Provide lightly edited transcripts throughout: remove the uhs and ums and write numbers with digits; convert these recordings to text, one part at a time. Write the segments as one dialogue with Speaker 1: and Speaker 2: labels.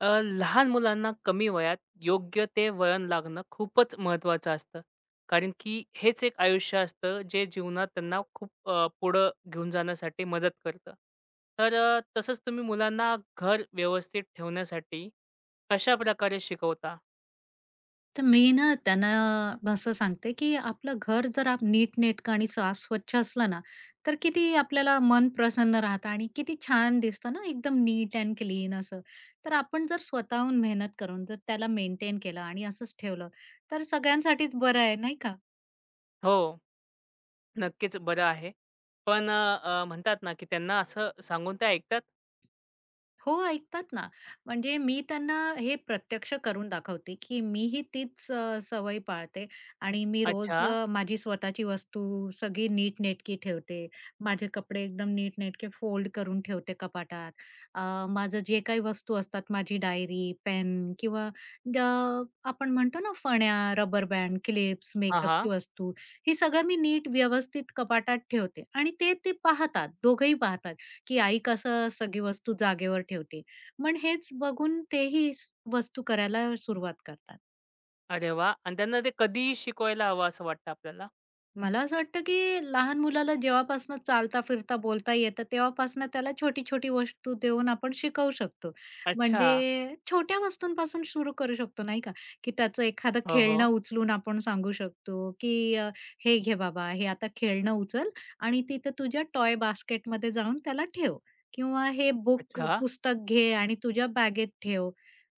Speaker 1: लहान मुलांना कमी वयात योग्य ते वळण लागणं खूपच महत्त्वाचं असतं. कारण की हेच एक आयुष्य असतं, जे जीवनात त्यांना खूप पुढं घेऊन जाण्यासाठी मदत करतं. तर तसंच तुम्ही मुलांना घर व्यवस्थित ठेवण्यासाठी कशाप्रकारे शिकवता?
Speaker 2: तर मी ना त्यांना असं सांगते, की आपलं घर जर आप नीटनेटकं आणि साफ-स्वच्छ असलं ना, तर किती आपल्याला मन प्रसन्न राहतं आणि किती छान दिसतं ना, एकदम नीट अँड क्लीन असं. तर आपण जर स्वतःहून मेहनत करून जर त्याला मेंटेन केलं आणि असंच ठेवलं, तर सगळ्यांसाठीच बरं आहे, नाही का?
Speaker 1: हो, नक्कीच बरं आहे. पण अ, अ, म्हणतात ना, की त्यांना असं सांगून ते ऐकतात.
Speaker 2: हो, ऐकतात ना. म्हणजे मी त्यांना हे प्रत्यक्ष करून दाखवते, की मीही तीच सवय पाळते आणि मी
Speaker 1: अच्छा.
Speaker 2: रोज माझी स्वतःची वस्तू सगळी नीटनेटकी ठेवते. माझे कपडे एकदम नीटनेटके फोल्ड करून ठेवते कपाटात. अ, माझं जे काही वस्तू असतात, माझी डायरी, पेन किंवा अ, आपण म्हणतो ना फण्या, रबर बँड, क्लिप्स,
Speaker 1: हां, हां.
Speaker 2: मेकअपची वस्तू, हे सगळं मी नीट व्यवस्थित कपाटात ठेवते आणि ते ते पाहतात, दोघंही पाहतात. की आई कसं सगळी वस्तू जागेवर ठेवते. मग हेच बघून तेही वस्तू करायला सुरुवात करतात.
Speaker 1: अरे वाह! आणि त्यांना ते कधीही शिकवायला हवं असं वाटतं आपल्याला.
Speaker 2: मला असं वाटतं, की लहान मुलाला जेव्हापासनं चालता, फिरता, बोलता येतं तेव्हापासनं त्याला छोटी-छोटी वस्तू देऊन आपण शिकवू शकतो.
Speaker 1: अच्छा.
Speaker 2: म्हणजे छोट्या वस्तूंपासून सुरू करू शकतो नाही का, की त्याचं एखादं
Speaker 1: हो,
Speaker 2: खेळणं
Speaker 1: हो.
Speaker 2: उचलून आपण सांगू शकतो, की "हे घे बाबा, हे आता खेळणं उचल आणि तिथं तुझ्या टॉय बास्केटमध्ये जाऊन त्याला ठेव." किंवा "हे बुक
Speaker 1: अच्छा.
Speaker 2: पुस्तक घे आणि तुझ्या बॅगेत ठेव."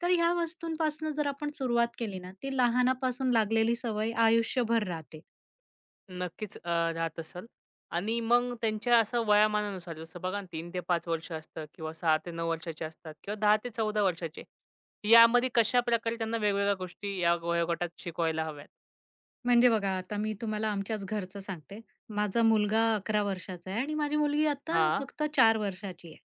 Speaker 2: तर ह्या वस्तूंपासून जर आपण सुरुवात केली ना, ती लहानापासून लागलेली सवय आयुष्यभर राहते.
Speaker 1: नक्कीच राहत असेल आणि मग त्यांच्या असं वयामानानुसार जसं बघा ना 3 ते 5 वर्ष असतं किंवा 6 ते 9 वर्षाचे असतात किंवा 10 ते 14 वर्षाचे. यामध्ये कशाप्रकारे त्यांना वेगवेगळ्या गोष्टी या वयोगटात शिकवायला हव्यात.
Speaker 2: म्हणजे बघा, आता मी तुम्हाला आमच्याच घरचं सांगते. माझा मुलगा 11 वर्षाचा आहे आणि माझी मुलगी आता
Speaker 1: हां,
Speaker 2: फक्त 4 वर्षाची आहे.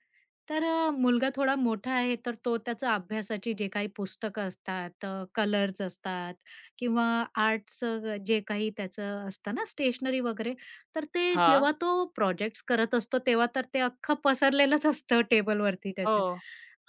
Speaker 2: तर मुलगा थोडा मोठा आहे, तर तो त्याचा अभ्यासाची जे काही पुस्तकं असतात, कलर्स असतात किंवा आर्टचं जे काही त्याचं असतं ना स्टेशनरी वगैरे, तर ते
Speaker 1: हां.
Speaker 2: जेव्हा तो प्रोजेक्ट्स करत असतो, तेव्हा तर ते अख्खं पसरलेलंच असतं टेबलवरती
Speaker 1: हो.
Speaker 2: त्याच्या.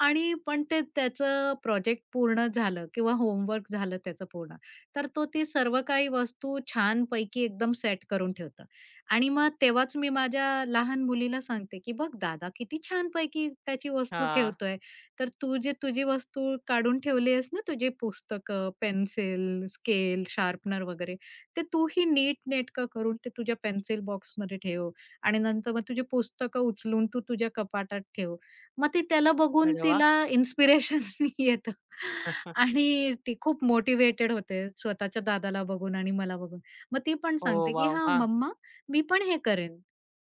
Speaker 2: आणि पण ते त्याचं प्रोजेक्ट पूर्ण झालं किंवा होमवर्क झालं त्याचं पूर्ण, तर तो ती सर्व काही वस्तू छानपैकी एकदम सेट करून ठेवतो. आणि मग तेव्हाच मी माझ्या लहान मुलीला सांगते, की "बघ दादा किती छान छानपैकी त्याची वस्तू
Speaker 1: हां.
Speaker 2: ठेवतोय. तर तू जे तुझी वस्तू काढून ठेवली आहेस ना, तुझे पुस्तकं, पेन्सिल, स्केल, शार्पनर वगैरे, ते तू ही नीटनेटकं करून ते तुझ्या पेन्सिल बॉक्समध्ये ठेव आणि नंतर मग तुझी पुस्तकं उचलून तू तुझ्या कपाटात ठेव." मग ती त्याला बघून
Speaker 1: अरे वाह!
Speaker 2: तिला इन्स्पिरेशन येतं आणि ती खूप मोटिव्हेटेड होते स्वतःच्या दादाला बघून आणि मला बघून. मग ती पण
Speaker 1: ओह
Speaker 2: सांगते, की
Speaker 1: वॉव!
Speaker 2: "हां,
Speaker 1: हां.
Speaker 2: मम्मा मी पण हे करेन.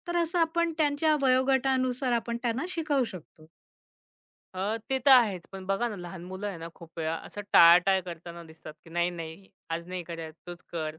Speaker 2: तर असं आपण त्यांच्या वयोगटानुसार आपण त्यांना शिकवू शकतो.
Speaker 1: ते तर आहेच. पण बघा ना लहान मुलं आहे ना खूप वेळा असं टाळाटाळ करताना दिसतात, की "नाही, नाही, आज नाही करायचं, तूच कर."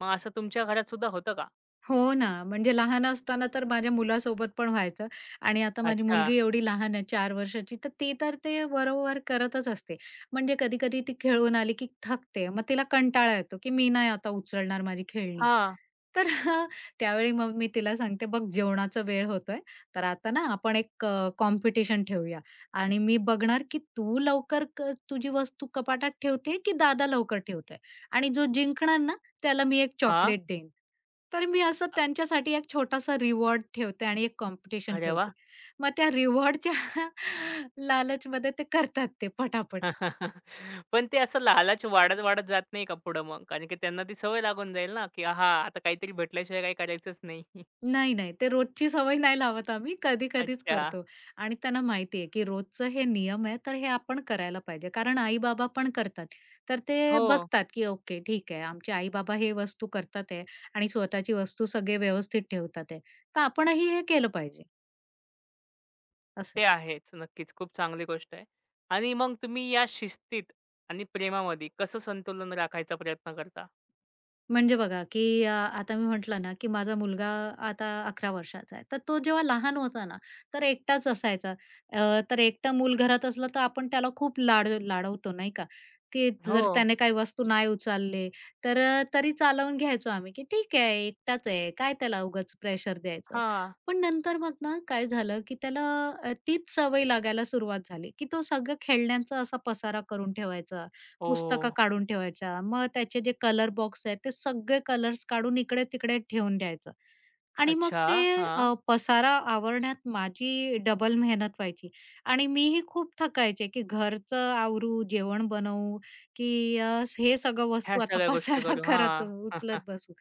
Speaker 1: मग असं तुमच्या घरात सुद्धा होतं का?
Speaker 2: हो ना, म्हणजे लहान असताना तर माझ्या मुलासोबत पण व्हायचं आणि आता माझी
Speaker 1: अच्छा.
Speaker 2: मुलगी एवढी लहान आहे 4 वर्षाची, तर ती तर ते वारंवार करतच असते. म्हणजे कधी-कधी ती खेळून आली की थकते. मग तिला कंटाळा येतो की मी नाही आता उचलणार माझी खेळणी.
Speaker 1: हां.
Speaker 2: तर त्यावेळी मग मी तिला सांगते, "बघ जेवणाचा वेळ होतोय, तर आता ना आपण एक कॉम्पिटिशन ठेवूया आणि मी बघणार की तू लवकर तुझी वस्तू कपाटात ठेवते की दादा लवकर ठेवतोय आणि जो जिंकणार ना त्याला मी एक
Speaker 1: हां.
Speaker 2: चॉकलेट देईन." तर मी असं त्यांच्यासाठी एक छोटासा रिवॉर्ड ठेवते आणि एक कॉम्पिटिशन
Speaker 1: अरे वाह!
Speaker 2: ठेवते. मग त्या रिवॉर्डच्या लालचमध्ये ते करतात ते पटापट.
Speaker 1: पण ते असं लालच वाढत, वाढत जात नाही का पुढं मग? कारण की त्यांना ती सवय लागून जाईल ना, की "आहा, आता काहीतरी भेटल्याशिवाय काही करायचंच नाही."
Speaker 2: नाही, नाही. ते रोजची सवय नाही लावत आम्ही. कधी-कधीच
Speaker 1: अच्छा.
Speaker 2: करतो आणि त्यांना माहिती आहे, की रोजचं हे नियम आहे, तर हे आपण करायला पाहिजे. कारण आई-बाबा पण करतात. तर ते
Speaker 1: हो,
Speaker 2: बघतात, की ओके ठीक आहे, आमचे आई-बाबा हे वस्तू करतात आहे आणि स्वतःची वस्तू सगळे व्यवस्थित ठेवतात आहे. तर आपणही हे केलं पाहिजे असं.
Speaker 1: ते आहेच. नक्कीच, खूप चांगली गोष्ट आहे. आणि मग तुम्ही या शिस्तीत आणि प्रेमामध्ये कसं संतुलन राखायचा प्रयत्न करता?
Speaker 2: म्हणजे बघा, की आता मी म्हटलं ना, की माझा मुलगा आता 11 वर्षाचा आहे. तर तो जेव्हा लहान होता ना, तर एकटाच असायचा. अ, तर एकटा मूल घरात असलं, तर आपण त्याला खूप लाड लाडवतो नाही का, की
Speaker 1: हो.
Speaker 2: जर त्याने काही वस्तू नाही उचलले, तर तरी चालवून घ्यायचो आम्ही, की ठीक आहे एकटाच आहे, काय त्याला उगाच प्रेशर द्यायचं.
Speaker 1: हां.
Speaker 2: पण नंतर मग ना काय झालं, की त्याला तीच सवय लागायला सुरुवात झाली, की तो सगळं खेळण्यांचा असा पसारा करून ठेवायचा.
Speaker 1: ओह!
Speaker 2: पुस्तकं काढून ठेवायच्या. मग त्याचे जे कलर बॉक्स आहेत, ते सगळे कलर्स काढून इकडे-तिकडे ठेवून द्यायचं. आणि मग
Speaker 1: अच्छा.
Speaker 2: ते
Speaker 1: हां.
Speaker 2: पसारा आवरण्यात माझी डबल मेहनत व्हायची आणि मीही खूप थकायचे, की घरचं आवरू, जेवण बनवू, की हे सगळं
Speaker 1: ह्या
Speaker 2: वस्तू आता
Speaker 1: सगळ्या गोष्टी
Speaker 2: पसारा
Speaker 1: करू.
Speaker 2: करत
Speaker 1: हां.
Speaker 2: उचलत बसू.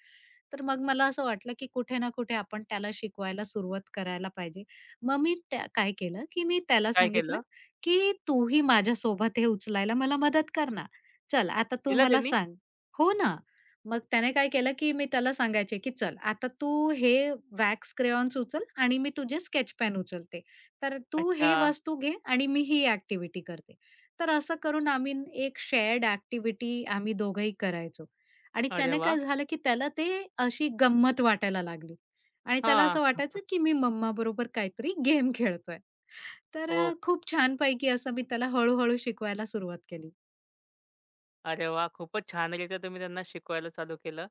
Speaker 2: तर मग मला असं वाटलं, की कुठे ना कुठे आपण त्याला शिकवायला सुरुवात करायला पाहिजे. मग मी त्या काय केलं, की मी त्याला
Speaker 1: काय
Speaker 2: सांगितलं,
Speaker 1: केलं?
Speaker 2: की "तूही माझ्यासोबत हे उचलायला मला मदत कर ना." चल आता तू
Speaker 1: केलं
Speaker 2: मला
Speaker 1: त्यांनी?
Speaker 2: सांग. हो ना. मग त्याने काय केलं, की मी त्याला सांगायचे, की "चल आता तू हे वॅक्स क्रेयॉन्स उचल आणि मी तुझे स्केच पेन उचलते. तर तू
Speaker 1: अच्छा.
Speaker 2: हे वस्तू घे आणि मी ही ॲक्टिव्हिटी करते." तर असं करून आम्ही एक शेअर्ड ॲक्टिव्हिटी आम्ही दोघंही करायचो. आणि
Speaker 1: अरे
Speaker 2: त्याने काय
Speaker 1: वाह!
Speaker 2: झालं, की त्याला ते अशी गंमत वाटायला लागली आणि त्याला
Speaker 1: हां.
Speaker 2: असं वाटायचं,
Speaker 1: ओह!
Speaker 2: की मी मम्माबरोबर काहीतरी गेम खेळतोय. तर खूप छानपैकी असं मी त्याला हळू शिकवायला सुरुवात केली.
Speaker 1: अरे वाह! खूपच छानरीत्या तुम्ही त्यांना शिकवायला चालू केलं.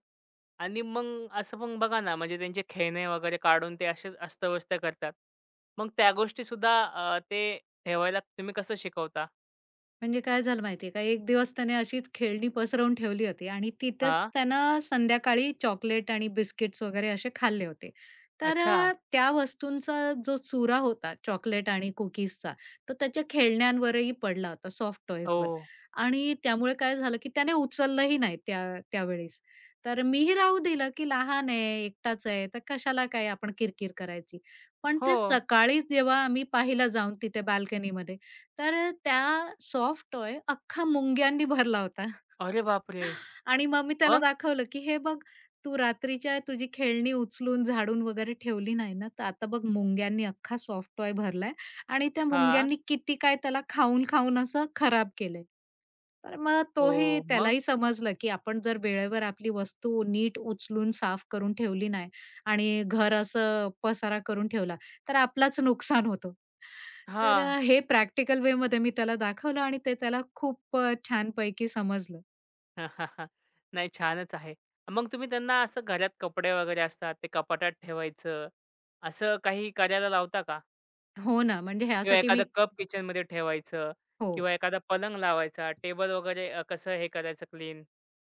Speaker 1: आणि मग असं पण बघा ना, म्हणजे त्यांचे खेळणे वगैरे काढून ते असेच अस्तव्यस्त करतात. मग त्या गोष्टीसुद्धा ते ठेवायला तुम्ही कसं शिकवता?
Speaker 2: म्हणजे काय झालं माहितीये का, एक दिवस त्याने अशीच खेळणी पसरवून ठेवली होती आणि तिथेच
Speaker 1: हां.
Speaker 2: त्यानं संध्याकाळी चॉकलेट आणि बिस्किट्स वगैरे असे खाल्ले होते. तर
Speaker 1: अच्छा.
Speaker 2: त्या वस्तूंचा जो चुरा होता चॉकलेट आणि कुकीजचा, तो त्याच्या खेळण्यांवरही पडला होता, सॉफ्ट
Speaker 1: ओ,
Speaker 2: टॉयजवर आणि त्यामुळे काय झालं, की त्याने उचललंही नाही त्यावेळेस. तर मीही राहू दिलं, की लहान आहे, एकटाच आहे, तर कशाला काय आपण किरकिर करायची. पण
Speaker 1: हो.
Speaker 2: ते सकाळी जेव्हा आम्ही पाहिलं जाऊन तिथे बाल्कनीमध्ये तर त्या सॉफ्ट टॉय अख्खा मुंग्यांनी भरला होता.
Speaker 1: अरे बापरे!
Speaker 2: आणि मग मी त्याला
Speaker 1: मग?
Speaker 2: दाखवलं, की "हे बघ, तू रात्रीच्या तुझी खेळणी उचलून झाडून वगैरे ठेवली नाही ना, तर आता बघ मुंग्यांनी अख्खा सॉफ्ट टॉय भरलाय आणि त्या
Speaker 1: हां.
Speaker 2: मुंग्यांनी किती काय त्याला खाऊन-खाऊन असं खराब केलंय." तर मग
Speaker 1: ओह! मग?
Speaker 2: त्यालाही समजलं, की आपण जर वेळेवर आपली वस्तू नीट उचलून साफ करून ठेवली नाही आणि घर असं पसारा करून ठेवला, तर आपलाच नुकसान होतं. तर
Speaker 1: हां.
Speaker 2: हे प्रॅक्टिकल वेमध्ये मी त्याला दाखवलं आणि ते त्याला खूप छानपैकी समजलं.
Speaker 1: नाही छानच आहे. मग तुम्ही त्यांना असं घरात कपडे वगैरे असतात, ते कपाटात ठेवायचं, असं काही करायला लावता का?
Speaker 2: हो ना, म्हणजे
Speaker 1: किंवा
Speaker 2: ह्यासाठी
Speaker 1: एखादा
Speaker 2: मी
Speaker 1: कप किचनमध्ये ठेवायचं
Speaker 2: हो.
Speaker 1: किंवा एखादा पलंग लावायचा, टेबल वगैरे कसं हे करायचं क्लीन?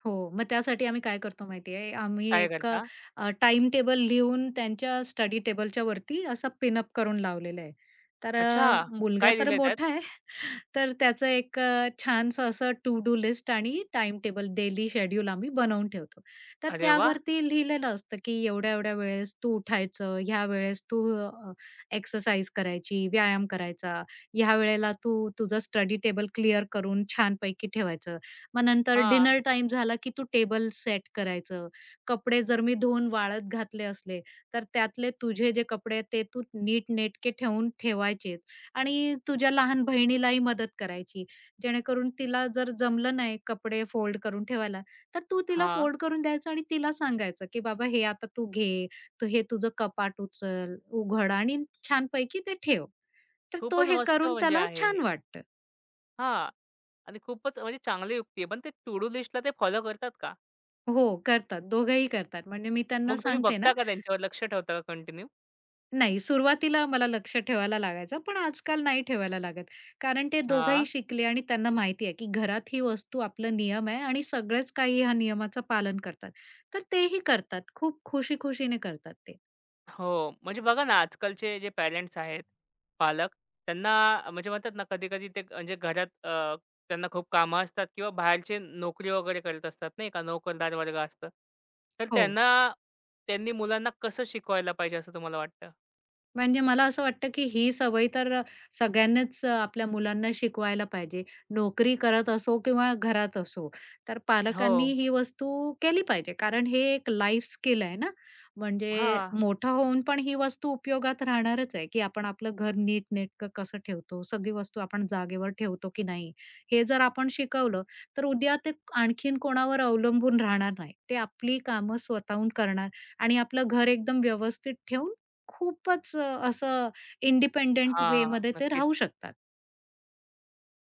Speaker 2: हो. मग त्यासाठी आम्ही काय करतो माहिती आहे, आम्ही
Speaker 1: काय
Speaker 2: एक
Speaker 1: करता?
Speaker 2: टाईम टेबल लिहून त्यांच्या स्टडी टेबलच्या वरती असा पिन अप करून लावलेला आहे. तर
Speaker 1: अच्छा!
Speaker 2: मुलगा
Speaker 1: काय
Speaker 2: तर
Speaker 1: लिहिलंय त्यात?
Speaker 2: मोठा आहे, तर त्याचं एक छानसं असं टू डू लिस्ट आणि टाइम टेबल डेली शेड्यूल आम्ही बनवून ठेवतो. तर
Speaker 1: अरे वाह!
Speaker 2: त्यावरती लिहिलेलं असतं, की एवढ्या-एवढ्या वेळेस तू उठायचं, ह्या वेळेस तू एक्सरसाइज करायची, व्यायाम करायचा, ह्या वेळेला तू तुझं स्टडी टेबल क्लिअर करून छानपैकी ठेवायचं. मग नंतर
Speaker 1: हां,
Speaker 2: डिनर टाइम झाला, की तू टेबल सेट करायचं. कपडे जर मी धुवून वाळत घातले असले, तर त्यातले तुझे जे कपडे आहेत ते तू नीटनेटके ठेवून ठेवायचेत आणि तुझ्या लहान बहिणीलाही मदत करायची. जेणेकरून तिला जर जमलं नाही कपडे फोल्ड करून ठेवायला, तर तू तिला
Speaker 1: हां.
Speaker 2: फोल्ड करून द्यायचं आणि तिला सांगायचं, की "बाबा हे आता तू घे, तू हे तुझं कपाट उचल, उघड आणि छानपैकी ते ठेव." तर तो
Speaker 1: खूपच
Speaker 2: हे
Speaker 1: मस्त
Speaker 2: करून
Speaker 1: म्हणजे
Speaker 2: त्याला
Speaker 1: आहे हे.
Speaker 2: छान वाटतं.
Speaker 1: हां. आणि खूपच म्हणजे चांगली युक्ती आहे. पण ते टू डू लिस्टला ते फॉलो करतात का?
Speaker 2: हो, करतात. दोघंही करतात. म्हणजे मी त्यांना
Speaker 1: मग तुम्ही
Speaker 2: सांगते ना,
Speaker 1: बघता का त्यांच्यावर लक्ष ठेवता का कंटिन्यू?
Speaker 2: नाही, सुरुवातीला मला लक्ष ठेवायला लागायचं, पण आजकाल नाही ठेवायला लागत. कारण ते
Speaker 1: हां.
Speaker 2: दोघंही शिकले आणि त्यांना माहिती आहे, की घरात ही वस्तू आपलं नियम आहे आणि सगळेच काही ह्या नियमाचं पालन करतात. तर तेही करतात. खूप खुशी-खुशीने करतात ते.
Speaker 1: हो. म्हणजे बघा ना, आजकालचे जे पॅरेंट्स आहेत, पालक त्यांना म्हणजे म्हणतात ना, कधी-कधी ते म्हणजे घरात त्यांना खूप कामं असतात किंवा बाहेरचे नोकरी वगैरे करत असतात नाही का, नोकरदार वर्ग असतं. तर
Speaker 2: हो.
Speaker 1: त्यांना त्यांनी मुलांना कसं शिकवायला पाहिजे असं तुम्हाला वाटतं?
Speaker 2: म्हणजे मला असं वाटतं, की ही सवय तर सगळ्यांनीच आपल्या मुलांना शिकवायला पाहिजे. नोकरी करत असो किंवा घरात असो, तर पालकांनी
Speaker 1: हो.
Speaker 2: ही वस्तू केली पाहिजे. कारण हे एक लाईफ स्किल आहे ना, म्हणजे
Speaker 1: हां.
Speaker 2: मोठं होऊन पण ही वस्तू उपयोगात राहणारच आहे, की आपण आपलं घर नीटनेटकं कसं ठेवतो, सगळी वस्तू आपण जागेवर ठेवतो की नाही, हे जर आपण शिकवलं, तर उद्या ते आणखीन कोणावर अवलंबून राहणार नाही. ते आपली कामं स्वतःहून करणार आणि आपलं घर एकदम व्यवस्थित ठेवून खूपच असं इंडिपेंडंट
Speaker 1: हां.
Speaker 2: वेमध्ये ते राहू
Speaker 1: नक्कीच.
Speaker 2: शकतात.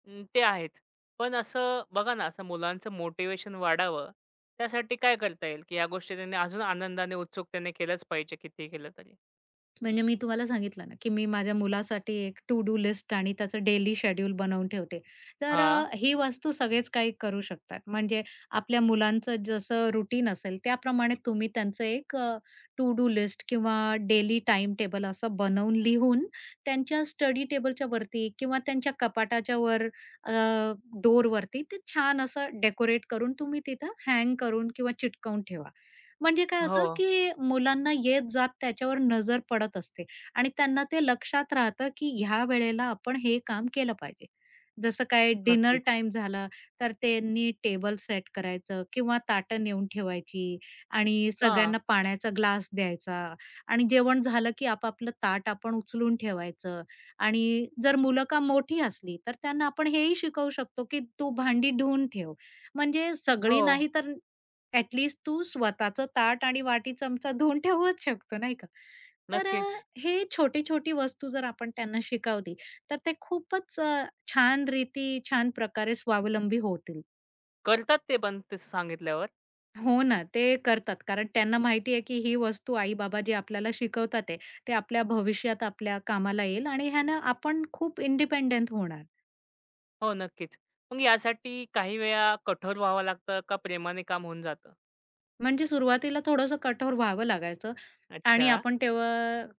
Speaker 1: अं, ते आहेच. पण असं बघा ना, असं मुलांचं मोटिव्हेशन वाढावं, त्यासाठी काय करता येईल, की या गोष्टी त्यांनी अजून आनंदाने, उत्सुकतेने केलंच पाहिजे कितीही केलं तरी?
Speaker 2: म्हणजे मी तुम्हाला सांगितलं ना, की मी माझ्या मुलासाठी एक टू डू लिस्ट आणि त्याचं डेली शेड्यूल बनवून ठेवते. तर
Speaker 1: हां.
Speaker 2: ही वस्तू सगळेच काही करू शकतात. म्हणजे आपल्या मुलांचं जसं रुटीन असेल त्याप्रमाणे तुम्ही त्यांचं एक टू डू लिस्ट किंवा डेली टाईम टेबल असं बनवून लिहून त्यांच्या स्टडी टेबलच्या वरती किंवा त्यांच्या कपाटाच्या वर डोरवरती ते छान असं डेकोरेट करून तुम्ही तिथं हँग करून किंवा चिटकवून ठेवा. म्हणजे काय
Speaker 1: हो.
Speaker 2: होतं, की मुलांना येत-जात त्याच्यावर नजर पडत असते आणि त्यांना ते लक्षात राहतं, की ह्या वेळेला आपण हे काम केलं पाहिजे. जसं काय डिनर
Speaker 1: नक्कीच.
Speaker 2: टाइम झाला, तर त्यांनी टेबल सेट करायचं किंवा ताटं नेऊन ठेवायची आणि
Speaker 1: हां.
Speaker 2: सगळ्यांना पाण्याचा ग्लास द्यायचा आणि जेवण झालं, की आपापलं ताट आपण उचलून ठेवायचं आणि जर मुलं का मोठी असली, तर त्यांना आपण हेही शिकवू शकतो, की "तू भांडी धुवून ठेव." म्हणजे
Speaker 1: हो,
Speaker 2: सगळी नाही तर ॲटलीस्ट तू स्वतःचं ताट आणि वाटी चमचा धुवून ठेवूच शकतो, नाही का? तर
Speaker 1: नक्कीच.
Speaker 2: हे छोटी-छोटी वस्तू जर आपण त्यांना शिकवली, तर ते खूपच छान रीती, छान प्रकारे स्वावलंबी होतील.
Speaker 1: करतात ते पण तसं सांगितल्यावर.
Speaker 2: हो ना, ते करतात. कारण त्यांना माहिती आहे की ही वस्तू आई-बाबा जे आपल्याला शिकवतात आहे, ते आपल्या भविष्यात आपल्या कामाला येईल आणि ह्यानं आपण खूप इंडिपेंडंट होणार.
Speaker 1: हो, नक्कीच. मग यासाठी काही वेळा कठोर व्हावं लागतं का प्रेमाने काम होऊन जातं?
Speaker 2: म्हणजे सुरुवातीला थोडंसं कठोर व्हावं लागायचं, आणि
Speaker 1: अच्छा.
Speaker 2: आपण तेव्हा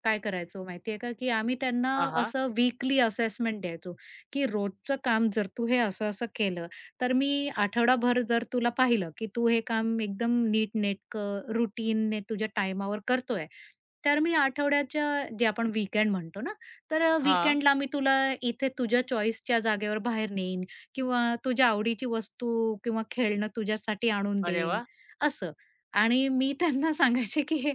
Speaker 2: काय करायचो माहिती का, की आम्ही त्यांना
Speaker 1: हां, हां.
Speaker 2: असं वीकली असेसमेंट द्यायचो, की रोजचं काम जर तू हे असं-असं केलं, तर मी आठवडाभर जर तुला पाहिलं, की तू हे काम एकदम नीटनेटकं रुटीनने तुझ्या टाईमावर करतोय, तर मी आठवड्याच्या जे आपण वीकेंड म्हणतो ना, तर
Speaker 1: हां.
Speaker 2: वीकेंडला मी तुला इथे तुझ्या चॉईसच्या जागेवर बाहेर नेईन किंवा तुझ्या आवडीची वस्तू किंवा खेळणं तुझ्यासाठी आणून
Speaker 1: अरे
Speaker 2: देईन,
Speaker 1: वाह!
Speaker 2: असं. आणि मी त्यांना सांगायचे, की हे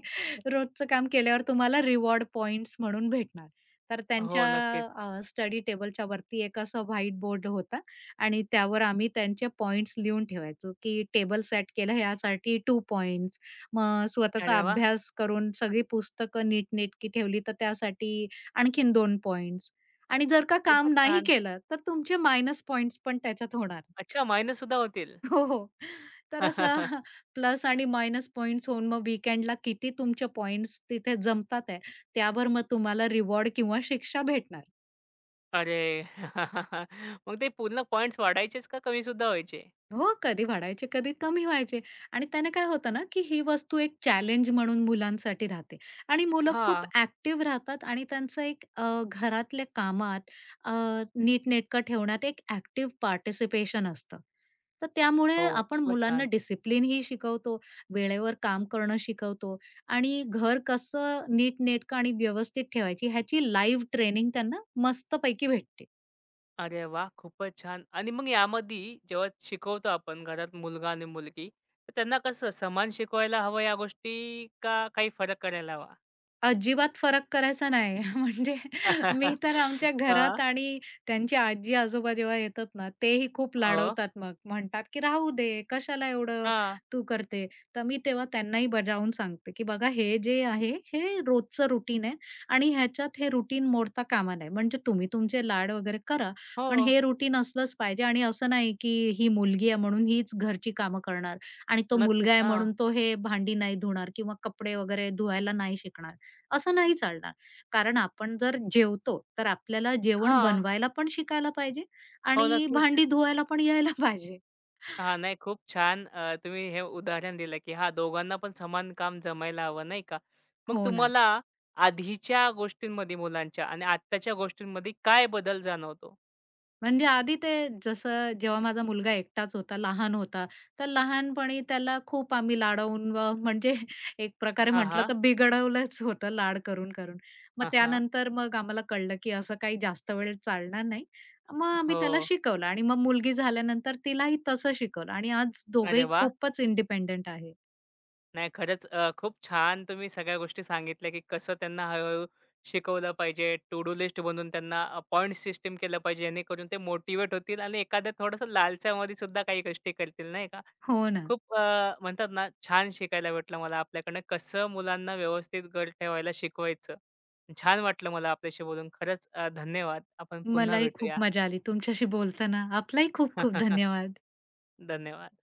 Speaker 2: रोजचं काम केल्यावर तुम्हाला रिवॉर्ड पॉइंट्स म्हणून भेटणार. तर
Speaker 1: हो,
Speaker 2: त्यांच्या
Speaker 1: नक्कीच.
Speaker 2: स्टडी टेबलच्या वरती एक असं व्हाईट बोर्ड होता आणि त्यावर आम्ही त्यांचे पॉइंट्स लिहून ठेवायचो, की टेबल सेट केलं यासाठी 2 पॉइंट्स. मग स्वतःचा
Speaker 1: अरे वाह!
Speaker 2: अभ्यास करून सगळी पुस्तकं नीटनेटकी ठेवली तर त्यासाठी आणखीन 2 पॉइंट्स आणि जर का काम
Speaker 1: खूपच
Speaker 2: नाही
Speaker 1: छान.
Speaker 2: केलं, तर तुमचे मायनस पॉइंट्स पण त्याच्यात होणार.
Speaker 1: अच्छा, मायने सुद्धा होतील.
Speaker 2: हो, हो. तर असा प्लस आणि मायनस पॉइंट्स होऊन मग वीकेंडला किती तुमचे पॉइंट्स तिथे जमतात आहे, त्यावर मग तुम्हाला रिवॉर्ड किंवा शिक्षा भेटणार.
Speaker 1: अरे! मग ते पूर्ण पॉइंट्स वाढायचेच का कमी सुद्धा व्हायचे?
Speaker 2: हो, कधी वाढायचे, कधी कमी व्हायचे आणि त्याने काय होतं ना, की ही वस्तू एक चॅलेंज म्हणून मुलांसाठी राहते आणि मुलं खूप
Speaker 1: हां.
Speaker 2: ॲक्टिव्ह राहतात आणि त्यांचं एक घरातल्या कामात अ, नीटनेटकं ठेवण्यात एक ॲक्टिव्ह पार्टिसिपेशन असतं. तर त्यामुळे
Speaker 1: हो,
Speaker 2: आपण
Speaker 1: खूपच
Speaker 2: मुलांना
Speaker 1: छान.
Speaker 2: डिसिप्लिनही शिकवतो, वेळेवर काम करणं शिकवतो आणि घर कसं नीटनेटकं आणि व्यवस्थित ठेवायची ह्याची लाईव्ह ट्रेनिंग त्यांना मस्तपैकी भेटते.
Speaker 1: अरे वा खूपच छान. आणि मग यामध्ये जेव्हा शिकवतो आपण घरात मुलगा आणि मुलगी, तर त्यांना कसं समान शिकवायला हवं या गोष्टी का काही फरक करायला हवा?
Speaker 2: अजिबात फरक करायचा नाही. म्हणजे मी तर आमच्या
Speaker 1: हां,
Speaker 2: घरात आणि त्यांची आजी-आजोबा जेव्हा येतात ना, तेही खूप
Speaker 1: हो.
Speaker 2: लाडवतात मग. म्हणतात, की "राहू दे, कशाला एवढं
Speaker 1: हां,
Speaker 2: तू करते?" तर मी तेव्हा त्यांनाही बजावून सांगते, की "बघा हे जे आहे, हे रोजचं रुटीन आहे आणि ह्याच्यात हे रुटीन मोडता कामा नये. म्हणजे तुम्ही तुमचे लाड वगैरे करा, पण
Speaker 1: हो.
Speaker 2: हे रुटीन असलंच पाहिजे आणि असं नाही, की ही मुलगी आहे म्हणून हीच घरची कामं करणार आणि तो मुलगा
Speaker 1: नक्कीच.
Speaker 2: आहे
Speaker 1: हां.
Speaker 2: म्हणून तो हे भांडी नाही धुणार किंवा कपडे वगैरे धुवायला नाही शिकणार." असं नाही चालणार. कारण आपण जर जेवतो, तर आपल्याला जेवण
Speaker 1: हां.
Speaker 2: बनवायला पण शिकायला पाहिजे
Speaker 1: हो,
Speaker 2: आणि
Speaker 1: नक्कीच.
Speaker 2: भांडी धुवायला पण यायला पाहिजे.
Speaker 1: हां, नाही खूप छान तुम्ही हे उदाहरण दिलं, की हां, दोघांना पण समान काम जमायला हवं नाही का? मग
Speaker 2: हो ना.
Speaker 1: तुम्हाला आधीच्या गोष्टींमध्ये मुलांच्या आणि आत्ताच्या गोष्टींमध्ये काय बदल जाणवतो?
Speaker 2: म्हणजे आधी ते जसं जेव्हा माझा मुलगा एकटाच होता, लहान होता, तर लहानपणी त्याला खूप आम्ही लाडवून म्हणजे एक प्रकारे
Speaker 1: हां,
Speaker 2: म्हटलं
Speaker 1: हां.
Speaker 2: तर बिघडवलंच होतं लाड करून-करून. मग
Speaker 1: हां, हां.
Speaker 2: त्यानंतर मग आम्हाला कळलं, की असं काही जास्त वेळ चालणार नाही. मग आम्ही त्याला
Speaker 1: हो.
Speaker 2: शिकवलं आणि मग मुलगी झाल्यानंतर तिलाही तसं शिकवलं आणि आज
Speaker 1: अरे
Speaker 2: दोघंही
Speaker 1: वाह!
Speaker 2: खूपच इंडिपेंडंट आहे.
Speaker 1: नाही खरंच खूप छान तुम्ही सगळ्या गोष्टी सांगितल्या, की कसं त्यांना हळू-हळू शिकवलं पाहिजे. टू डू लिस्ट बनवून त्यांना पॉइंट सिस्टम केलं पाहिजे. जेणेकरून ते मोटिव्हेट होतील आणि एखाद्या थोडंसं लालच्यामध्ये सुद्धा काही गोष्टी करतील नाही का?
Speaker 2: हो ना.
Speaker 1: खूप म्हणतात ना छान शिकायला भेटलं मला आपल्याकडनं कसं मुलांना व्यवस्थित घर ठेवायला शिकवायचं. छान वाटलं मला आपल्याशी बोलून. खरंच धन्यवाद. आपण पुन्हा
Speaker 2: मलाही
Speaker 1: भेटूया.
Speaker 2: खूप मजा आली तुमच्याशी बोलताना. आपलाही खूप खूप धन्यवाद.
Speaker 1: धन्यवाद.